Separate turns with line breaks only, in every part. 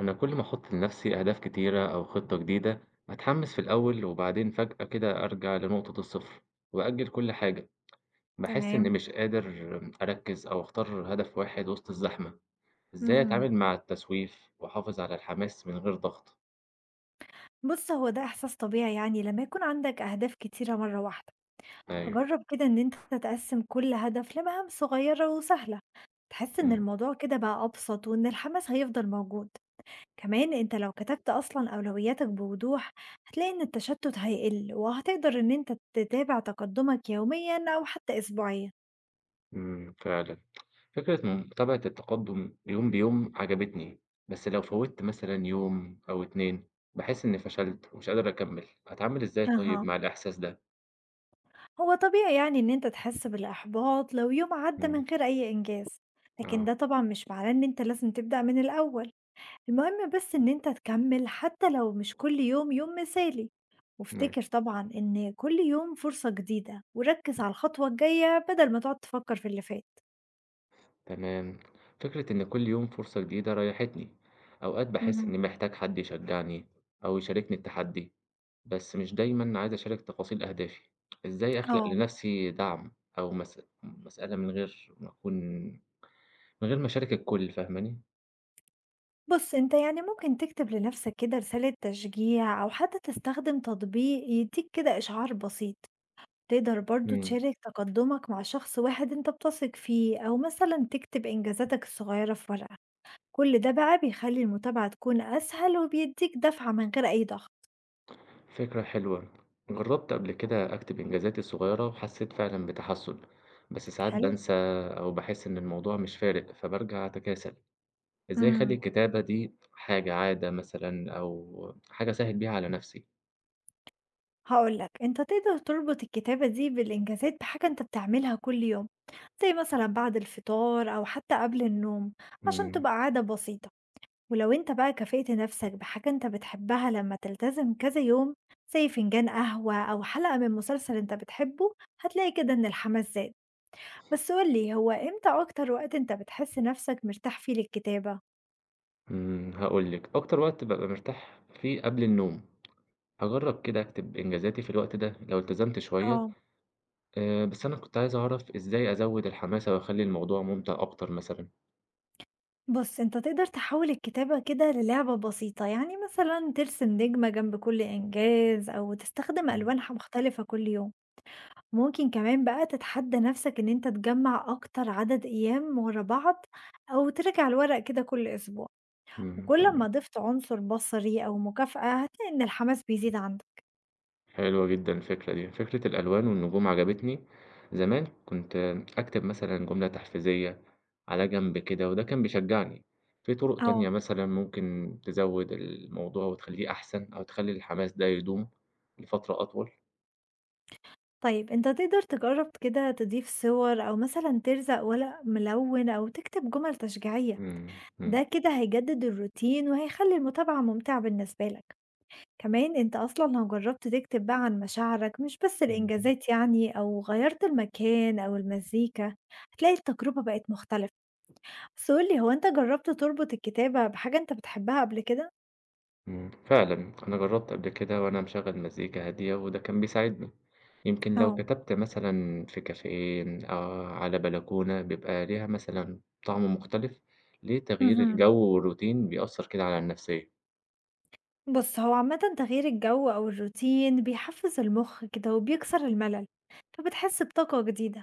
أنا كل ما أحط لنفسي أهداف كتيرة أو خطة جديدة، بتحمس في الأول وبعدين فجأة كده أرجع لنقطة الصفر وأجل كل حاجة. بحس إني
تمام،
مش قادر أركز أو أختار هدف واحد وسط الزحمة. إزاي
اهم.
أتعامل مع التسويف وأحافظ على الحماس من غير ضغط؟
بُص، هو ده إحساس طبيعي يعني لمّا يكون عندك أهداف كتيرة مرّة واحدة،
أيوة.
فجرّب كده إن أنت تقسّم كل هدف لمهام صغيّرة وسهلة، تحس إن
أمم.
الموضوع كده بقى أبسط وإن الحماس هيفضل موجود، كمان أنت لو كتبت أصلًا أولوياتك بوضوح، هتلاقي إن التشتُّت هيقِل وهتقدر إن أنت تتابع تقدُّمك يوميًا أو حتى أسبوعيًا.
فعلا فكرة متابعة التقدم يوم بيوم عجبتني. بس لو فوتت مثلا يوم أو اتنين بحس إني فشلت ومش قادر أكمل. أتعامل إزاي طيب
أها.
مع الإحساس ده؟
هو طبيعي يعني إن أنت تحس بالإحباط لو يوم عدى من
أمم.
غير أي إنجاز، لكن
آه.
ده طبعا مش معناه إن أنت لازم تبدأ من الأول. المهم بس إن أنت تكمل حتى لو مش كل يوم يوم مثالي،
نعم.
وافتكر طبعا إن كل يوم فرصة جديدة وركز على الخطوة الجاية بدل ما تقعد تفكر في اللي فات.
تمام. فكرة إن كل يوم فرصة جديدة ريحتني، أوقات بحس
مهم.
إني محتاج حد يشجعني أو يشاركني التحدي، بس مش دايمًا عايز أشارك تفاصيل أهدافي. إزاي أخلق
اه
لنفسي دعم أو مسألة من غير ما أكون، من غير ما أشارك الكل، فاهماني؟
بص انت يعني ممكن تكتب لنفسك كده رسالة تشجيع او حتى تستخدم تطبيق يديك كده اشعار بسيط. تقدر برضه
إمم،
تشارك تقدمك مع شخص واحد انت بتثق فيه أو مثلا تكتب إنجازاتك الصغيرة في ورقة. كل ده بقى بيخلي المتابعة تكون أسهل وبيديك دفعة من غير أي ضغط.
فكرة حلوة. جربت قبل كده أكتب إنجازاتي الصغيرة وحسيت فعلًا بتحسن، بس ساعات
حلو.
بانسى أو باحس إن الموضوع مش فارق فبارجع أتكاسل. إزاي أخلّي
امم
الكتابة دي حاجة عادة مثلًا أو حاجة أسهِّل بيها على نَفْسي؟
هقولك انت تقدر تربط الكتابة دي بالإنجازات بحاجة انت بتعملها كل يوم، زي مثلا بعد الفطار أو حتى قبل النوم، عشان
إمم.
تبقى عادة بسيطة. ولو انت بقى كافئت نفسك بحاجة انت بتحبها لما تلتزم كذا يوم، زي فنجان قهوة أو حلقة من مسلسل انت بتحبه، هتلاقي كده ان الحماس زاد. بس قولي، هو امتى أكتر وقت انت بتحس نفسك مرتاح فيه للكتابة؟
هاقول لِك، أكتر وقت بابقى مرتاح فيه قبل النوم، هاجرّب كده أكتب إنجازاتي في الوقت ده لو التزمت شوية.
اه.
بس أنا كنت عايز أعرف إزاي أزوِّد الحماسة وأخلّي الموضوع ممتع أكتر مثلًا؟
بص انت تقدر تحول الكتابة كده للعبة بسيطة، يعني مثلا ترسم نجمة جنب كل إنجاز أو تستخدم ألوان مختلفة كل يوم. ممكن كمان بقى تتحدى نفسك ان انت تجمع أكتر عدد أيام ورا بعض، أو ترجع الورق كده كل أسبوع.
إمم،
وكل
إمم.
ما ضِفت عنصر بصري أو مكافأة هتلاقي إن الحماس بيزيد عندك.
حلوة جدًا الفكرة دي، فكرة الألوان والنجوم عجبتني. زمان كنت أكتب مثلًا جملة تحفيزية على جنب كده، وده كان بيشجعني. في طرق تانية
آه.
مثلًا ممكن تزود الموضوع وتخلّيه أحسن، أو تخلّي الحماس ده يدوم لفترة أطول؟
طيب أنت تقدر تجرّب كده تضيف صور أو مثلًا تلزق ورق ملوِّن أو تكتب جمل تشجيعية،
إمم،
ده كده هيجدد الروتين وهيخلّي المتابعة ممتعة بالنسبة لك. كمان أنت أصلًا لو جرّبت تكتب بقى عن مشاعرك مش بس
إمم.
الإنجازات يعني، أو غيّرت المكان أو المزيكا، هتلاقي التجربة بقت مختلفة. بس قُل لي، هو أنت جرّبت تربط الكتابة بحاجة أنت بتحبها قبل كده؟
فعلًا أنا جرّبت قبل كده وأنا مشغّل مزيكا هادية وده كان بيساعدني، يمكن لو
آه.
كتبت مثلًا في كافيه، على بلكونة بيبقى ليها مثلًا طعم مختلف. ليه تغيير
اهم.
الجو والروتين بيأثّر كده على النفسية؟
بص، هو عامة تغيير الجو أو الروتين بيحفز المخ كده وبيكسر الملل، فبتحس بطاقة جديدة،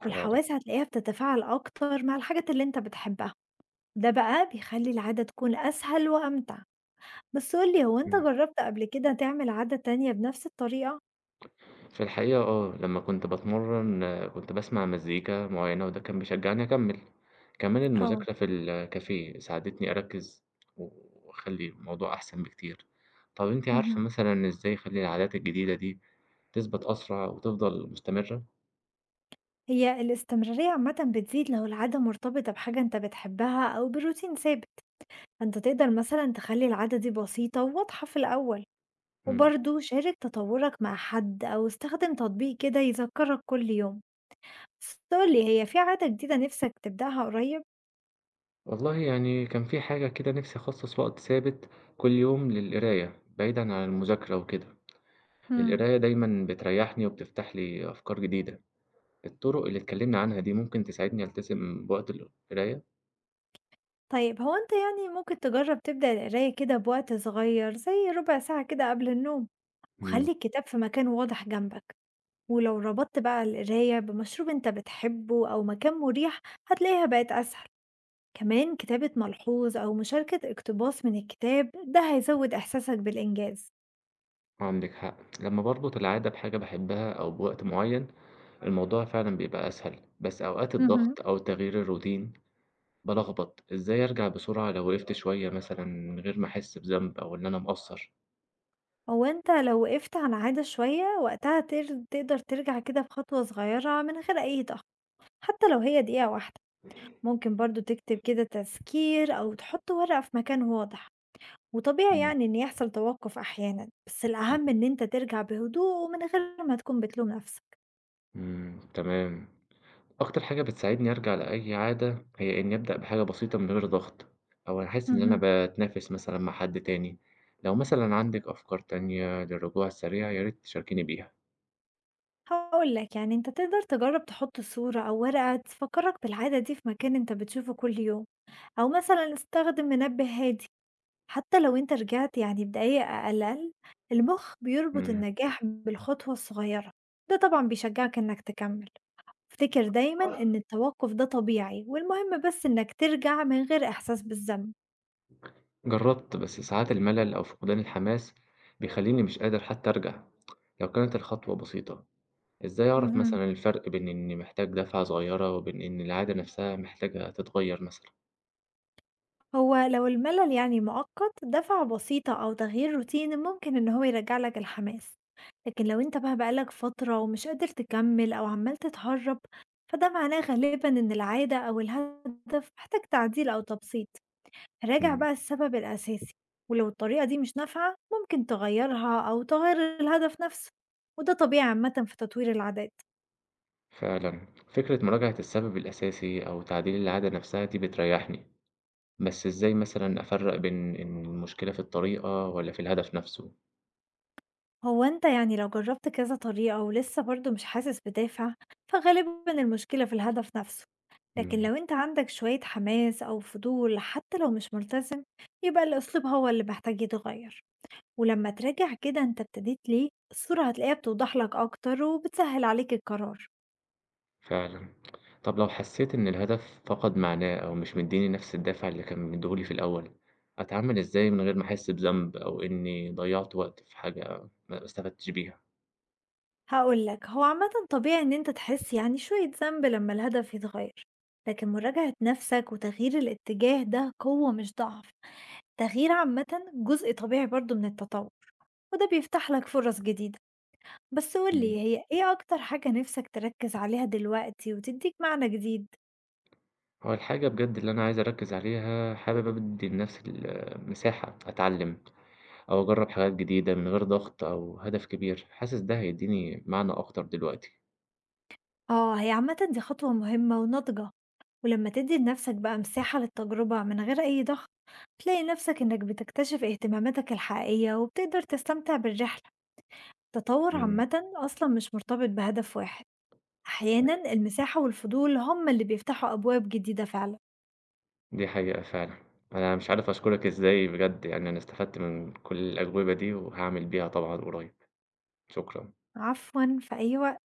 فعلًا.
والحواس هتلاقيها بتتفاعل أكتر مع الحاجات اللي أنت بتحبها. ده بقى بيخلي العادة تكون أسهل وأمتع. بس قولي، هو أنت
إمم،
جربت قبل كده تعمل عادة تانية بنفس الطريقة؟
في الحقيقة آه، لمّا كنت باتمرّن كنت باسمع مزيكا معيّنة وده كان بيشجّعني أكمّل. كمان
اه.
المذاكرة في الكافيه ساعدتني أركّز و واخلّي الموضوع أحسن بكتير. طَب أنتِ عارفة
مهم.
مثلًا إزاي أخلّي العادات الجديدة دي تثبت أسرع وتفضل مستمرة؟
هي الاستمرارية عامة بتزيد لو العادة مرتبطة بحاجة انت بتحبها أو بروتين ثابت. انت تقدر مثلا تخلي العادة دي بسيطة وواضحة في الأول،
إمم.
وبرضه شارك تطورك مع حد أو استخدم تطبيق كده يذكرك كل يوم. بس قولي، هي في عادة جديدة نفسك تبدأها قريب؟
والله يعني كان في حاجة كده نِفْسي أخصّص وقت ثابت كل يوم للقراية بعيدًا عن المذاكرة وكده.
مم.
القراية دايمًا بتريّحني وبتفتح لي أفكار جديدة. الطُرق اللي اتكلّمنا عنها دي ممكن تساعدني ألتزم بوقت القراية؟
طيب هو انت يعني ممكن تجرب تبدأ القراية كده بوقت صغير زي ربع ساعة كده قبل النوم،
إمم.
وخلي الكتاب في مكان واضح جنبك. ولو ربطت بقى القراية بمشروب انت بتحبه أو مكان مريح، هتلاقيها بقت أسهل. كمان كتابة ملحوظ أو مشاركة اقتباس من الكتاب ده هيزود إحساسك بالإنجاز.
عندِك حق. لمّا باربط العادة بحاجة باحبها أو بوقت معيّن، الموضوع فعلًا بيبقى أسهل، بس أوقات
مهم.
الضغط أو تغيير الروتين بالخبط. إزاي أرجع بسرعة لو وقفت شوية مثلًا من غير ما أحس بذنب أو إن أنا مقصّر؟
هو أنت لو وقفت على عادة شوية، وقتها تقدر ترجع كده بخطوة صغيرة من غير أي ضغط، حتى لو هي دقيقة واحدة. ممكن برضو تكتب كده تذكير أو تحط ورقة في مكان واضح. وطبيعي
إمم،
يعني إن يحصل توقف أحيانا، بس الأهم إن أنت ترجع بهدوء ومن غير ما تكون بتلوم نفسك.
إمم، تمام. أكتر حاجة بتساعدني أرجع لأي عادة هي إني أبدأ بحاجة بسيطة من غير ضغط، أو أحس إن أنا
مهم.
باتنافس مثلًا مع حد تاني. لو مثلًا عندِك أفكار تانية للرجوع السريع يا ريت تشاركيني بيها.
هقولك، يعني أنت تقدر تجرب تحط صورة أو ورقة تفكرك بالعادة دي في مكان أنت بتشوفه كل يوم، أو مثلا استخدم منبه هادي. حتى لو أنت رجعت يعني بدقايق أقل أقل، المُخ بيربط
إمم،
النجاح بالخطوة الصغيرة، ده طبعًا بيشجّعك إنك تكمّل. افتكر دايمًا إن التوقُّف ده طبيعي والمهم بس إنك ترجع من غير إحساس بالذنب.
جربت بس ساعات الملل أو فقدان الحماس بيخليني مش قادر حتى أرجع. لو كانت الخطوة بسيطة، إزاي أعرف
اهم.
مثلًا الفرق بين إني محتاج دفعة صغيرة وبين إن العادة نفسها محتاجة تتغير مثلًا؟
هو لو الملل يعني مؤقت، دَفعة بسيطة أو تغيير روتيني ممكن إن هو يرجّع لك الحماس، لكن لو أنت بقى لك فترة ومش قادر تكمّل أو عمّال تتهرّب، فده معناه غالبًا إن العادة أو الهدف محتاج تعديل أو تبسيط. راجع
إمم.
بقى السبب الأساسي، ولو الطريقة دي مش نافعة ممكن تغيرها أو تغير الهدف نفسه، وده طبيعي عامة في تطوير العادات.
فعلًا. فكرة مراجعة السبب الأساسي أو تعديل العادة نفسها دي بتريحني، بس إزاي مثلًا أفرّق بين إن المشكلة في الطريقة والّا في الهدف نفسه؟
هو انت يعني لو جربت كذا طريقة ولسه برضه مش حاسس بدافع، فغالبا المشكلة في الهدف نفسه، لكن
إمم،
لو انت عندك شوية حماس أو فضول حتى لو مش ملتزم، يبقى الأسلوب هو اللي محتاج يتغير. ولما تراجع كده انت ابتديت ليه، الصورة هتلاقيها بتوضح لك أكتر وبتسهل عليك القرار.
فعلًا. طب لو حسيت إن الهدف فقد معناه أو مش مديني نفس الدافع اللي كان مديه لي في الأول، أتعامل إزاي من غير ما أحس بذنب أو إني ضيّعت وقت في حاجة ما استفدتش بيها؟
هاقول لك، هو عامةً طبيعي إن أنت تحس يعني شوية ذنب لمّا الهدف يتغير، لكن مراجعة نفسك وتغيير الاتجاه ده قوة مش ضعف، التغيير عامةً جزء طبيعي برضه من التطور، وده بيفتح لك فرص جديدة، بس قُل
إمم.
لي، هي إيه أكتر حاجة نفسك تركّز عليها دلوقتي وتدّيك معنى جديد؟
هو الحاجة بجد اللي أنا عايز أركّز عليها، حابب أدّي لنفسي ال مساحة أتعلم أو أجرّب حاجات جديدة من غير ضغط أو هدف كبير، حاسس ده هيدّيني معنى أكتر دلوقتي.
آه، هي عامةً دي خطوة مهمة وناضجة، ولمّا تدّي لنفسك بقى مساحة للتجربة من غير أي ضغط، هتلاقي نفسك إنك بتكتشف اهتماماتك الحقيقية وبتقدر تستمتع بالرحلة. التطور
إمم.
عامةً أصلًا مش مرتبط بهدف واحد، أحيانًا المساحة والفضول هُم اللي بيفتحوا أبواب جديدة فعلًا.
دي حقيقة فعلًا. أنا مش عارف أشكرك إزاي بجد، يعني أنا استفدت من كل الأجوبة دي وهاعمل بيها طبعًا قريب. شكرًا.
عفوًا، في أي وقت.